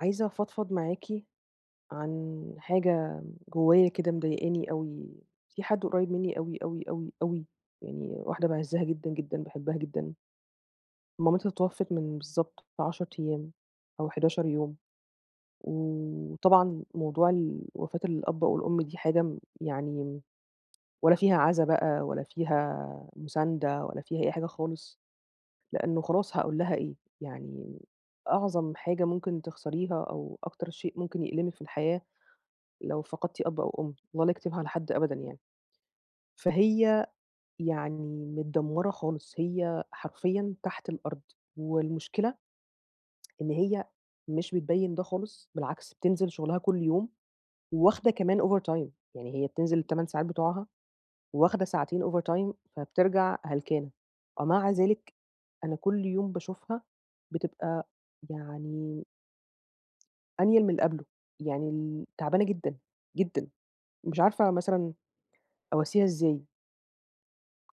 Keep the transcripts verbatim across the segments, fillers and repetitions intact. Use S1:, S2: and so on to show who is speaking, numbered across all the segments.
S1: عايزة أفضفض معاكِ عن حاجة جوايا كده مضايقاني أوي، في حد قريب مني أوي، أوي، أوي، أوي، يعني واحدة باعزها جدًا، جدًا، باحبها جدًا، مامتها توفت من بالضبط عشرة أيام أو حداشر يوم، وطبعًا موضوع ال وفاة الأب أو الأم دي حاجة م يعني ولا فيها عزا بقى ولا فيها مساندة ولا فيها أي حاجة خالص، لأنه خلاص هاقول لها إيه؟ يعني أعظم حاجة ممكن تخسريها أو أكتر شيء ممكن يألمِك في الحياة لو فقدتِ أب أو أم، الله لا يكتبها على حد أبدًا يعني. فهي يعني متدمّرة خالص، هي حرفيًا تحت الأرض، والمشكلة إن هي مش بتبيّن ده خالص، بالعكس بتنزل شغلها كل يوم، وواخدة كمان overtime، يعني هي بتنزل التمانية ساعات بتوعها، وواخدة ساعتين overtime فبترجع هلكانة. ومع ذلك أنا كل يوم باشوفها بتبقى يعني أنيل من اللي قبله، يعني ال تعبانة جدًا، جدًا، مش عارفة مثلًا أواسيها إزاي.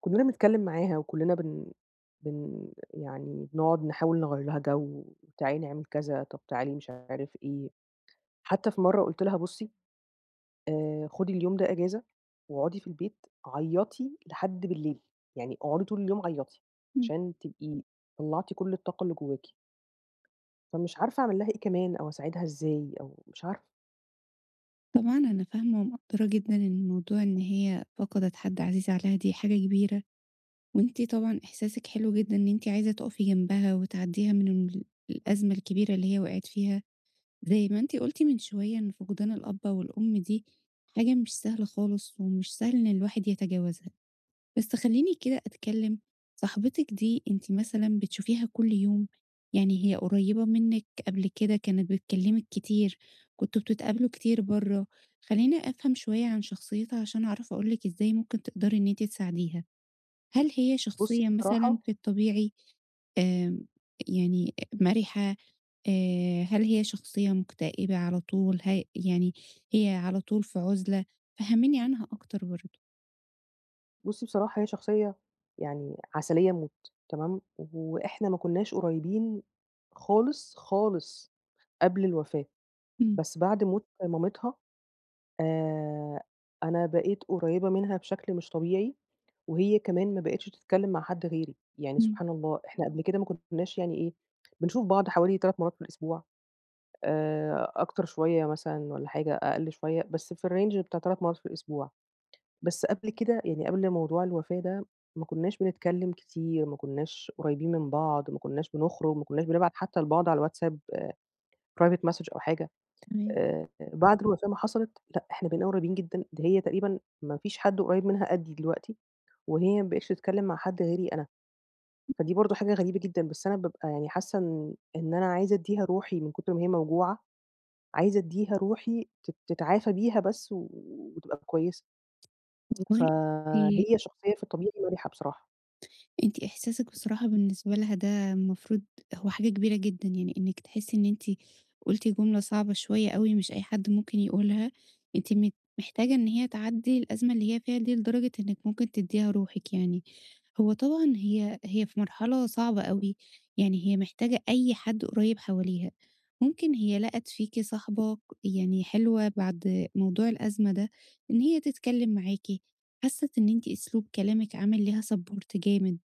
S1: كُلّنا بنتكلّم معاها وكُلّنا بن بن يعني بنقعد نحاول نغيّر لها جو، تعالي نعمل كذا، طَب تعالي مش عارف إيه. حتى في مرّة قُلت لها بُصّي آآ خُدي اليوم ده إجازة واقعدي في البيت عيّطي لحد بالليل، يعني اقعدي طول اليوم عيّطي
S2: إمم.
S1: عشان تبقي طلّعتِ كل الطاقة اللي جواكِ. فمش عارفة أعمل لها إيه كمان أو أساعدها إزاي أو مش عارفة.
S2: طبعًا أنا فاهمة ومقدّرة جدًا إن موضوع إن هي فقدت حد عزيز عليها دي حاجة كبيرة، وأنتِ طبعًا إحساسِك حلو جدًا إن أنتِ عايزة تُقفي جنبها وتعدّيها من ال الأزمة الكبيرة اللي هي وقعت فيها، زي ما أنتِ قُلتِ من شوية إن فقدان الأب والأم دي حاجة مش سهلة خالص، ومش سهل إن الواحد يتجاوزها. بس خلّيني كده أتكلّم، صاحبتِك دي أنتِ مثلًا بتشوفيها كل يوم، يعني هي قريّبة منِّك قبل كده كانت بتكلّمِك كتير، كنتم بتتقابلوا كتير برّه، خلّيني أفهم شوية عن شخصيتها عشان أعرف أقول لِك إزاي ممكن تقدري إن أنتِ تساعديها. هل هي
S1: بُصّي
S2: شخصية
S1: بصراحة
S2: مثلًا في الطبيعي آمم، يعني مَرِحة، آآ، هل هي شخصية مكتئبة على طول، ه يعني هي على طول في عُزلة؟ فهّميني عنها أكتر برضه.
S1: بُصّي بصراحة هي شخصية يعني عسلية موت، تمام، وإحنا ما كناش قريبين خالص، خالص قبل الوفاة،
S2: إمم.
S1: بس بعد موت مامتها آآ، أنا بقيت قريبة منها بشكل مش طبيعي، وهي كمان ما بقتش تتكلم مع حد غيري، يعني
S2: إمم.
S1: سبحان الله إحنا قبل كده ما كناش يعني إيه، بنشوف بعض حوالي ثلاث مرات في الأسبوع آآ، أكتر شوية مثلًا والّا حاجة، أقل شوية، بس في الrange بتاع ثلاث مرات في الأسبوع. بس قبل كده يعني قبل موضوع الوفاة ده، ما كناش بنتكلّم كتير، ما كناش قريبين من بعض، ما كناش بنخرج، ما كناش بنبعت حتى لبعض على الWhatsApp private message أو حاجة،
S2: تمام.
S1: آآ بعد الوفاة ما حصلت، لأ إحنا بقينا قريبين جدًا، ده هي تقريبًا ما فيش حد قريب منها قدّي دلوقتي، وهي ما بقتش تتكلّم مع حد غيري أنا، فدي برضه حاجة غريبة جدًا، بس أنا بابقى يعني حاسة إن إن أنا عايزة أدّيها روحي من كتر ما هي موجوعة، عايزة أدّيها روحي تت تتعافى بيها بس و وتبقى كويسة،
S2: والله. أنتِ
S1: فهي شخصية في الطبيعي مَرِحة بصراحة.
S2: أنتِ إحساسِك بصراحة بالنسبة لها ده المفروض هو حاجة كبيرة جدًا، يعني إنِّك تحسّي إن أنتِ قُلتِ جملة صعبة شوية أوي مش أي حد ممكن يقولها، أنتِ مت محتاجة إن هي تعدّي الأزمة اللي هي فيها دي لدرجة إنِّك ممكن تدّيها روحِك يعني. هو طبعًا هي هي في مرحلة صعبة أوي، يعني هي محتاجة أي حد قريّب حواليها. ممكن هي لقت فيكِ صاحبة ك يعني حلوة بعد موضوع الأزمة ده، إن هي تتكلّم معاكِ، حَسّت إن أنتِ أسلوب كلامِك عامل ليها support جامد.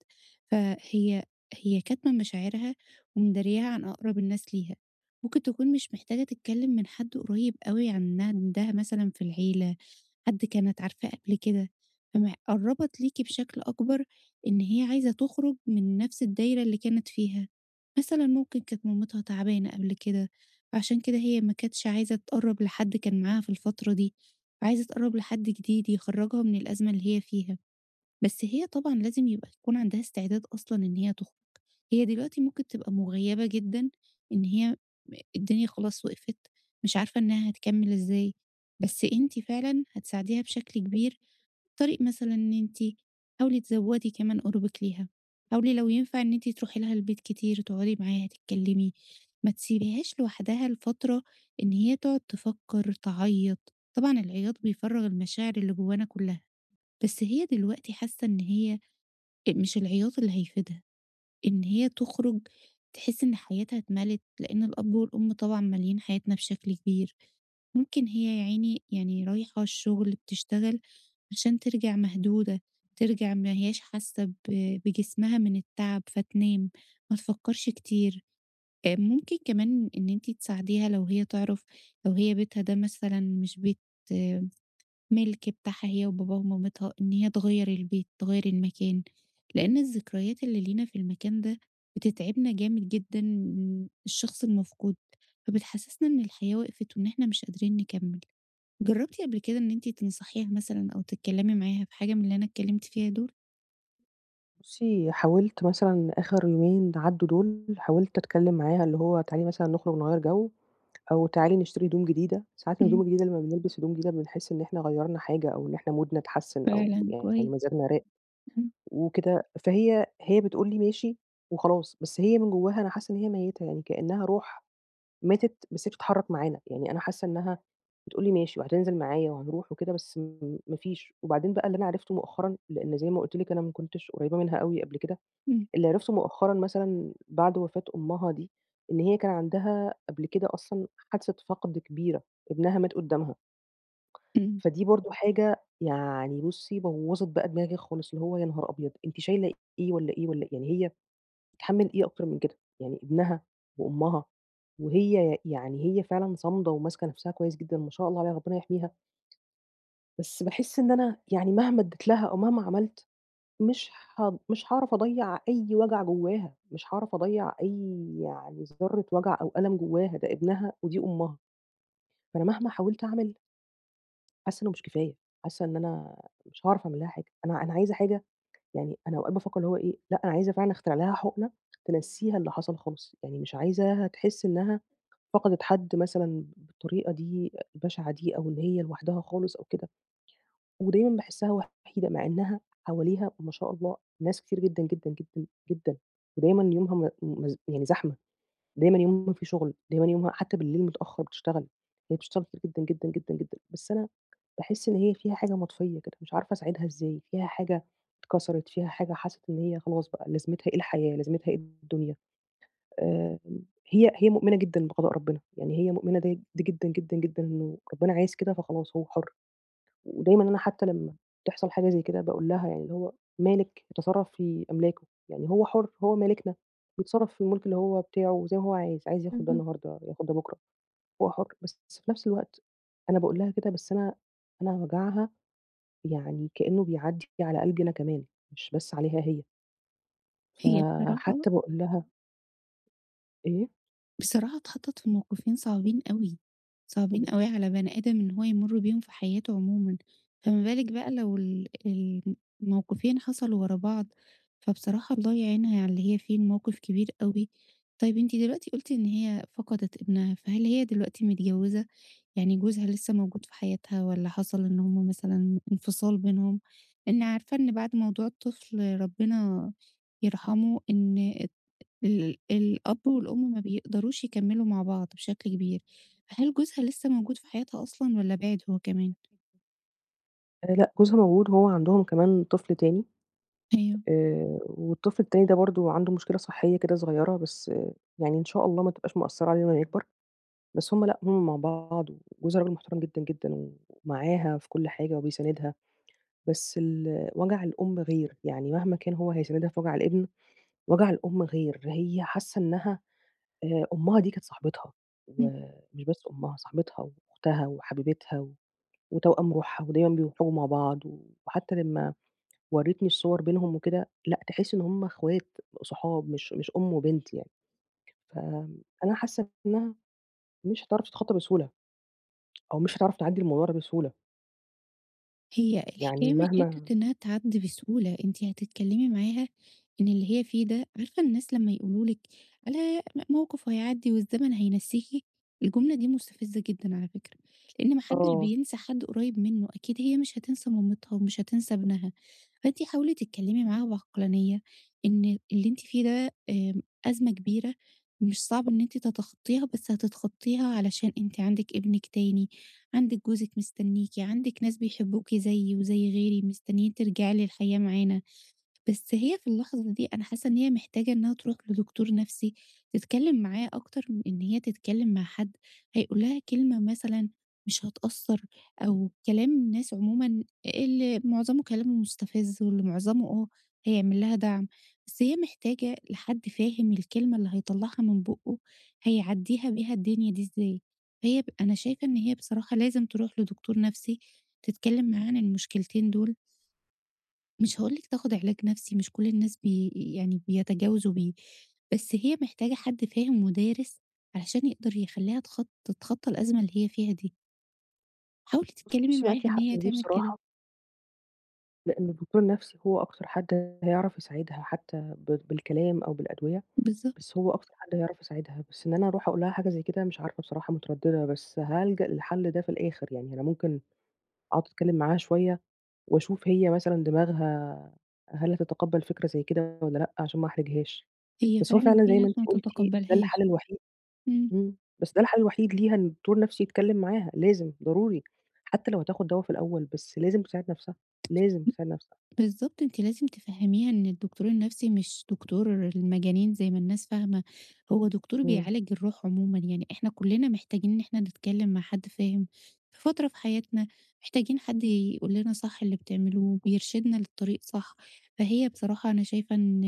S2: فهي هي كاتمة مشاعرها ومدارياها عن أقرب الناس ليها. ممكن تكون مش محتاجة تتكلم من حد قريب أوي عنها عندها مثلًا في العيلة، حد كانت عارفاه قبل كده، فم قرّبت ليكِ بشكل أكبر إن هي عايزة تخرج من نفس الدايرة اللي كانت فيها. مثلًا ممكن كانت مامتها تعبانة قبل كده، فعشان كده هي ما كانتش عايزة تقرّب لحد كان معاها في الفترة دي، وعايزة تقرّب لحد جديد يخرجها من الأزمة اللي هي فيها. بس هي طبعًا لازم يبقى يكون عندها استعداد أصلًا إن هي تخرج، هي دلوقتي ممكن تبقى مُغيّبة جدًا إن هي م الدنيا خلاص وقفت، مش عارفة إنها هتكمّل إزاي، بس أنتِ فعلًا هتساعديها بشكل كبير، طريق مثلًا إن أنتِ حاولي تزوّدي كمان قُربِك ليها، حاولي لو ينفع إن أنتِ تروحي لها البيت كتير، تقعدي معاها تتكلّمي، ما تسيبيهاش لوحدها لفترة إن هي تقعد تفكّر، تعيّط، طبعًا العياط بيفرّغ المشاعر اللي جوانا كُلّها، بس هي دلوقتي حاسة إن هي أ مش العياط اللي هيفيدها، إن هي تخرج تحس إن حياتها اتملت، لإن الأب والأم طبعًا ماليين حياتنا بشكل كبير، ممكن هي يا عيني يعني رايحة الشغل بتشتغل عشان ترجع مهدودة، ترجع ما هياش حاسة ب بجسمها من التعب فتنام، ما تفكّرش كتير، آآ ممكن كمان إن أنتِ تساعديها لو هي تعرف لو هي بيتها ده مثلًا مش بيت مِلْك بتاعها هي وباباها ومامتها، إن هي تغيّر البيت، تغيّر المكان، لإن الذكريات اللي لينا في المكان ده بتتعبنا جامد جدًا من الشخص المفقود، فبتحسسنا إن الحياة وقفت وإن إحنا مش قادرين نكمّل. جرّبتِ قبل كده إن أنتِ تنصحيها مثلًا أو تتكلّمي معاها في حاجة من اللي أنا اتكلّمت فيها دول؟
S1: بُصّي، حاولت مثلًا آخر يومين عدّوا دول، حاولت أتكلّم معاها اللي هو تعالي مثلًا نخرج نغيّر جو، أو تعالي نشتري هدوم جديدة، ساعات الهدوم
S2: إمم.
S1: الجديدة لمّا بنلبس هدوم جديدة بنحس إن إحنا غيّرنا حاجة أو إن إحنا مودنا اتحسّن أو
S2: فعلًا
S1: يعني
S2: كويس.
S1: مزاجنا راق
S2: إمم.
S1: وكده، فهي هي بتقول لي ماشي وخلاص، بس هي من جواها أنا حاسّة إن هي ميّتة، يعني كإنّها روح ماتت بس هي بتتحرّك معانا، يعني أنا حاسّة إنّها بتقول لي ماشي وهتنزل معايا وهنروح وكده بس م ما فيش، وبعدين بقى اللي أنا عرفته مؤخرًا لإن زي ما قُلت لِك أنا ما كنتش قريّبة منها أوي قبل كده
S2: إمم.
S1: اللي عرفته مؤخرًا مثلًا بعد وفاة أمها دي، إن هي كان عندها قبل كده أصلًا حادثة فقد كبيرة، ابنها مات قدّامها،
S2: إمم.
S1: فدي برضه حاجة يعني بُصّي بوّظت بقى دماغي خالص، اللي هو يا نهار أبيض! أنتِ شايلة إيه والّا إيه والّا إيه؟ يعني هي تتحمّل إيه أكتر من كده؟ يعني ابنها وأمها وهي يعني هي فعلًا صامدة وماسكة نفسها كويس جدًا ما شاء الله عليها، ربنا يحميها، بس باحس إن أنا يعني مهما ادّيت لها أو مهما عملت مش هاض مش هاعرف أضيّع أي وجع جواها، مش هاعرف أضيّع أي يعني ذرة وجع أو ألم جواها، ده ابنها ودي أمها، فأنا مهما حاولت أعمل حاسة إنه مش كفاية، حاسة إن أنا مش هاعرف أعمل لها حاجة، أنا أنا عايزة حاجة يعني أنا أوقات بافكّر اللي هو إيه، لأ أنا عايزة فعلًا أخترع لها حُقنة تنسّيها اللي حصل خالص، يعني مش عايزاها تحس إنها فقدت حد مثلًا بالطريقة دي البشعة دي أو إن هي لوحدها خالص أو كده. ودايمًا باحسّها وحيدة، مع إنها حواليها ما شاء الله ناس كتير جدًا، جدًا، جدًا، جدًا، ودايمًا يومها م مز يعني زحمة، دايمًا يومها في شُغل، دايمًا يومها حتى بالليل متأخّر بتشتغل، هي بتشتغل كتير جدًا، جدًا، جدًا، جدًا، بس أنا باحس إن هي فيها حاجة مطفيّة كده، مش عارفة أساعدها إزاي، فيها حاجة اتكسرت، فيها حاجة حَسِت إن هي خلاص بقى لازمتها إيه الحياة، لازمتها إيه الدنيا، آآ هي هي مؤمنة جدًا بقضاء ربنا، يعني هي مؤمنة د دي جدًا، جدًا، جدًا إنه ربنا عايز كده فخلاص هو حُر. ودايمًا أنا حتى لمّا تحصل حاجة زي كده باقول لها يعني اللي هو "مالِك يتصرّف في أملاكه." يعني هو حُر، هو مالكنا، بيتصرّف في المُلك اللي هو بتاعه زي ما هو عايز، عايز ياخُد ده
S2: بالضبط.
S1: النهارده، ياخُد ده بُكرة، هو حُر. بس في نفس الوقت أنا باقول لها كده بس أنا أنا وجعها يعني كإنّه بيعدّي على قلبي أنا كمان، مش بس عليها هي.
S2: هي بصراحة
S1: فحتى باقول لها إيه؟
S2: بصراحة اتحطّت في موقفين صعبين أوي، صعبين
S1: إمم.
S2: أوي على بني آدم إن هو يمُر بيهم في حياته عمومًا، فما بالِك بقى لو ال الموقفين حصلوا ورا بعض، فبصراحة الله يعينها على اللي هي فيه، الموقف كبير أوي. طيب أنتِ دلوقتي قُلتِ إن هي فقدت ابنها، فهل هي دلوقتي متجوّزة؟ يعني جوزها لسّه موجود في حياتها والّا حصل إن هم مثلًا انفصال بينهم؟ لإن عارفة إن بعد موضوع الطفل ربنا يرحمه إن ال الأب والأم ما بيقدروش يكمّلوا مع بعض بشكل كبير، هل جوزها لسه موجود في حياتها أصلًا والّا بِعِد هو كمان؟
S1: آآ لأ، جوزها موجود وهو عندهم كمان طفل تاني
S2: أيوه.
S1: آآ والطفل التاني ده برضه عنده مشكلة صحية كده صغيرة، بس يعني إن شاء الله ما تبقاش مأثّرة عليه لمّا يكبر، بس هم لأ، هم مع بعض وجوزي راجل محترم جدًا، جدًا ومعاها في كل حاجة وبيساندها، بس ال وجع الأم غير، يعني مهما كان هو هيساندها في وجع الابن، وجع الأم غير، هي حاسة إنها آآ أمها دي كانت صاحبتها، ومش بس أمها، صاحبتها وأختها وحبيبتها و وتوأم روحها ودايمًا بيخرجوا مع بعض، وحتى لمّا ورّيتني الصور بينهم وكده، لأ تحس إن هُم أخوات، صحاب مش مش أم وبنت يعني، فأنا حاسة إنها مش هتعرف تتخطى بسهولة، أو مش هتعرف تعدّي الموضوع ده بسهولة،
S2: هي
S1: يعني
S2: الحكاية مش
S1: مهما
S2: حتّة إنّها تعدّي بسهولة، أنتِ هتتكلّمي معاها إن اللي هي فيه ده عارفة الناس لمّا يقولوا لِك على م موقف وهيعدّي والزمن هينسّيكِ، الجملة دي مستفزة جدًا على فكرة، لإن ما حدّش
S1: آه،
S2: بينسى حد قريّب منّه، أكيد هي مش هتنسى مامتها ومش هتنسى ابنها، فأنتِ حاولي تتكلّمي معاها بعقلانية إن اللي أنتِ فيه ده آمم أزمة كبيرة مش صعب إن أنتِ تتخطّيها، بس هتتخطّيها علشان أنتِ عندِك ابنِك تاني عندِك جوزِك مستنيكِ، عندِك ناس بيحبوكِ زيي وزي غيري مستنيين ترجعي للحياة معانا. بس هي في اللحظة دي أنا حاسة إن هي محتاجة إنها تروح لدكتور نفسي، تتكلم معاه أكتر من إن هي تتكلم مع حد هيقول لها كلمة مثلًا مش هتأثّر، أو كلام الناس عمومًا اللي معظمه كلامه مستفز واللي معظمه آه هيعمل لها دعم، بس هي محتاجة لحد فاهم الكلمة اللي هيطلّعها من بُقّه هيعدّيها بيها الدنيا دي إزاي، فهي ب أنا شايفة إن هي بصراحة لازم تروح لدكتور نفسي تتكلم معاه عن المشكلتين دول مش هاقول لِك تاخد علاج نفسي، مش كل الناس بي يعني بيتجاوزوا بيه، بس هي محتاجة حد فاهم ودارس علشان يقدر يخلّيها تخط تتخطى الأزمة اللي هي فيها دي، حاولي تتكلمي
S1: بُصّي
S2: معاها
S1: معاكِ
S2: إن
S1: حق
S2: هي
S1: في دي
S2: تعمل كده.
S1: بصراحة، لإن الدكتور النفسي هو أكتر حد هيعرف يساعدها حتى ب بالكلام أو بالأدوية،
S2: بالضبط،
S1: بس هو أكتر حد هيعرف يساعدها، بس إن أنا أروح أقول لها حاجة زي كده مش عارفة بصراحة مترددة، بس هالجأ للحل ده في الآخر، يعني أنا ممكن أقعد أتكلم معاها شوية وأشوف هي مثلًا دماغها هل هتتقبّل فكرة زي كده والّا لأ عشان ما أحرجهاش.
S2: هي
S1: بس هو
S2: فعلًا
S1: فعلًا
S2: في
S1: زي ما أنتِ
S2: ناس ما
S1: قُلتِ ده
S2: تتقبلهاش.
S1: الحل الوحيد
S2: إمم.
S1: إمم. بس ده الحل الوحيد ليها إن الدكتور النفسي يتكلّم معاها، لازم، ضروري. حتّى لو هتاخُد دوا في الأول، بس لازم تساعد نَفْسها، لازم تساعد نَفْسها.
S2: بالضبط، أنتِ لازم تفهّميها إن الدكتور النفسي مش دكتور المجانين زي ما الناس فاهمة، هو دكتور
S1: إمم.
S2: بيعالج الروح عمومًا، يعني إحنا كُلّنا محتاجين إن إحنا نتكلّم مع حد فاهم، في فترة في حياتنا محتاجين حد يقول لنا صح اللي بتعملوه، بيرشدنا للطريق صح، فهي بصراحة أنا شايفة إن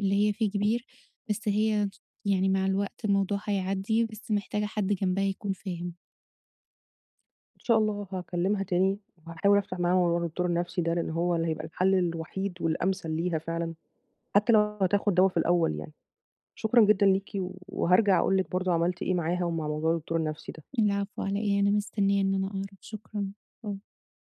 S2: اللي هي فيه كبير، بس هي يعني مع الوقت الموضوع هيعدّي، بس محتاجة حد جنبها يكون فاهم.
S1: إن شاء الله هاكلّمها تاني وهاحاول أفتح معاها موضوع الدكتور النفسي ده، لإن هو اللي هيبقى الحل الوحيد والأمثل ليها فعلًا، حتّى لو هتاخُد دوا في الأول يعني. شكرًا جدًا ليكِ وهارجع أقول لِك برضه عملت إيه معاها ومع موضوع الدكتور النفسي ده.
S2: العفو على إيه، أنا مستنية إن أنا أعرف، شكرًا.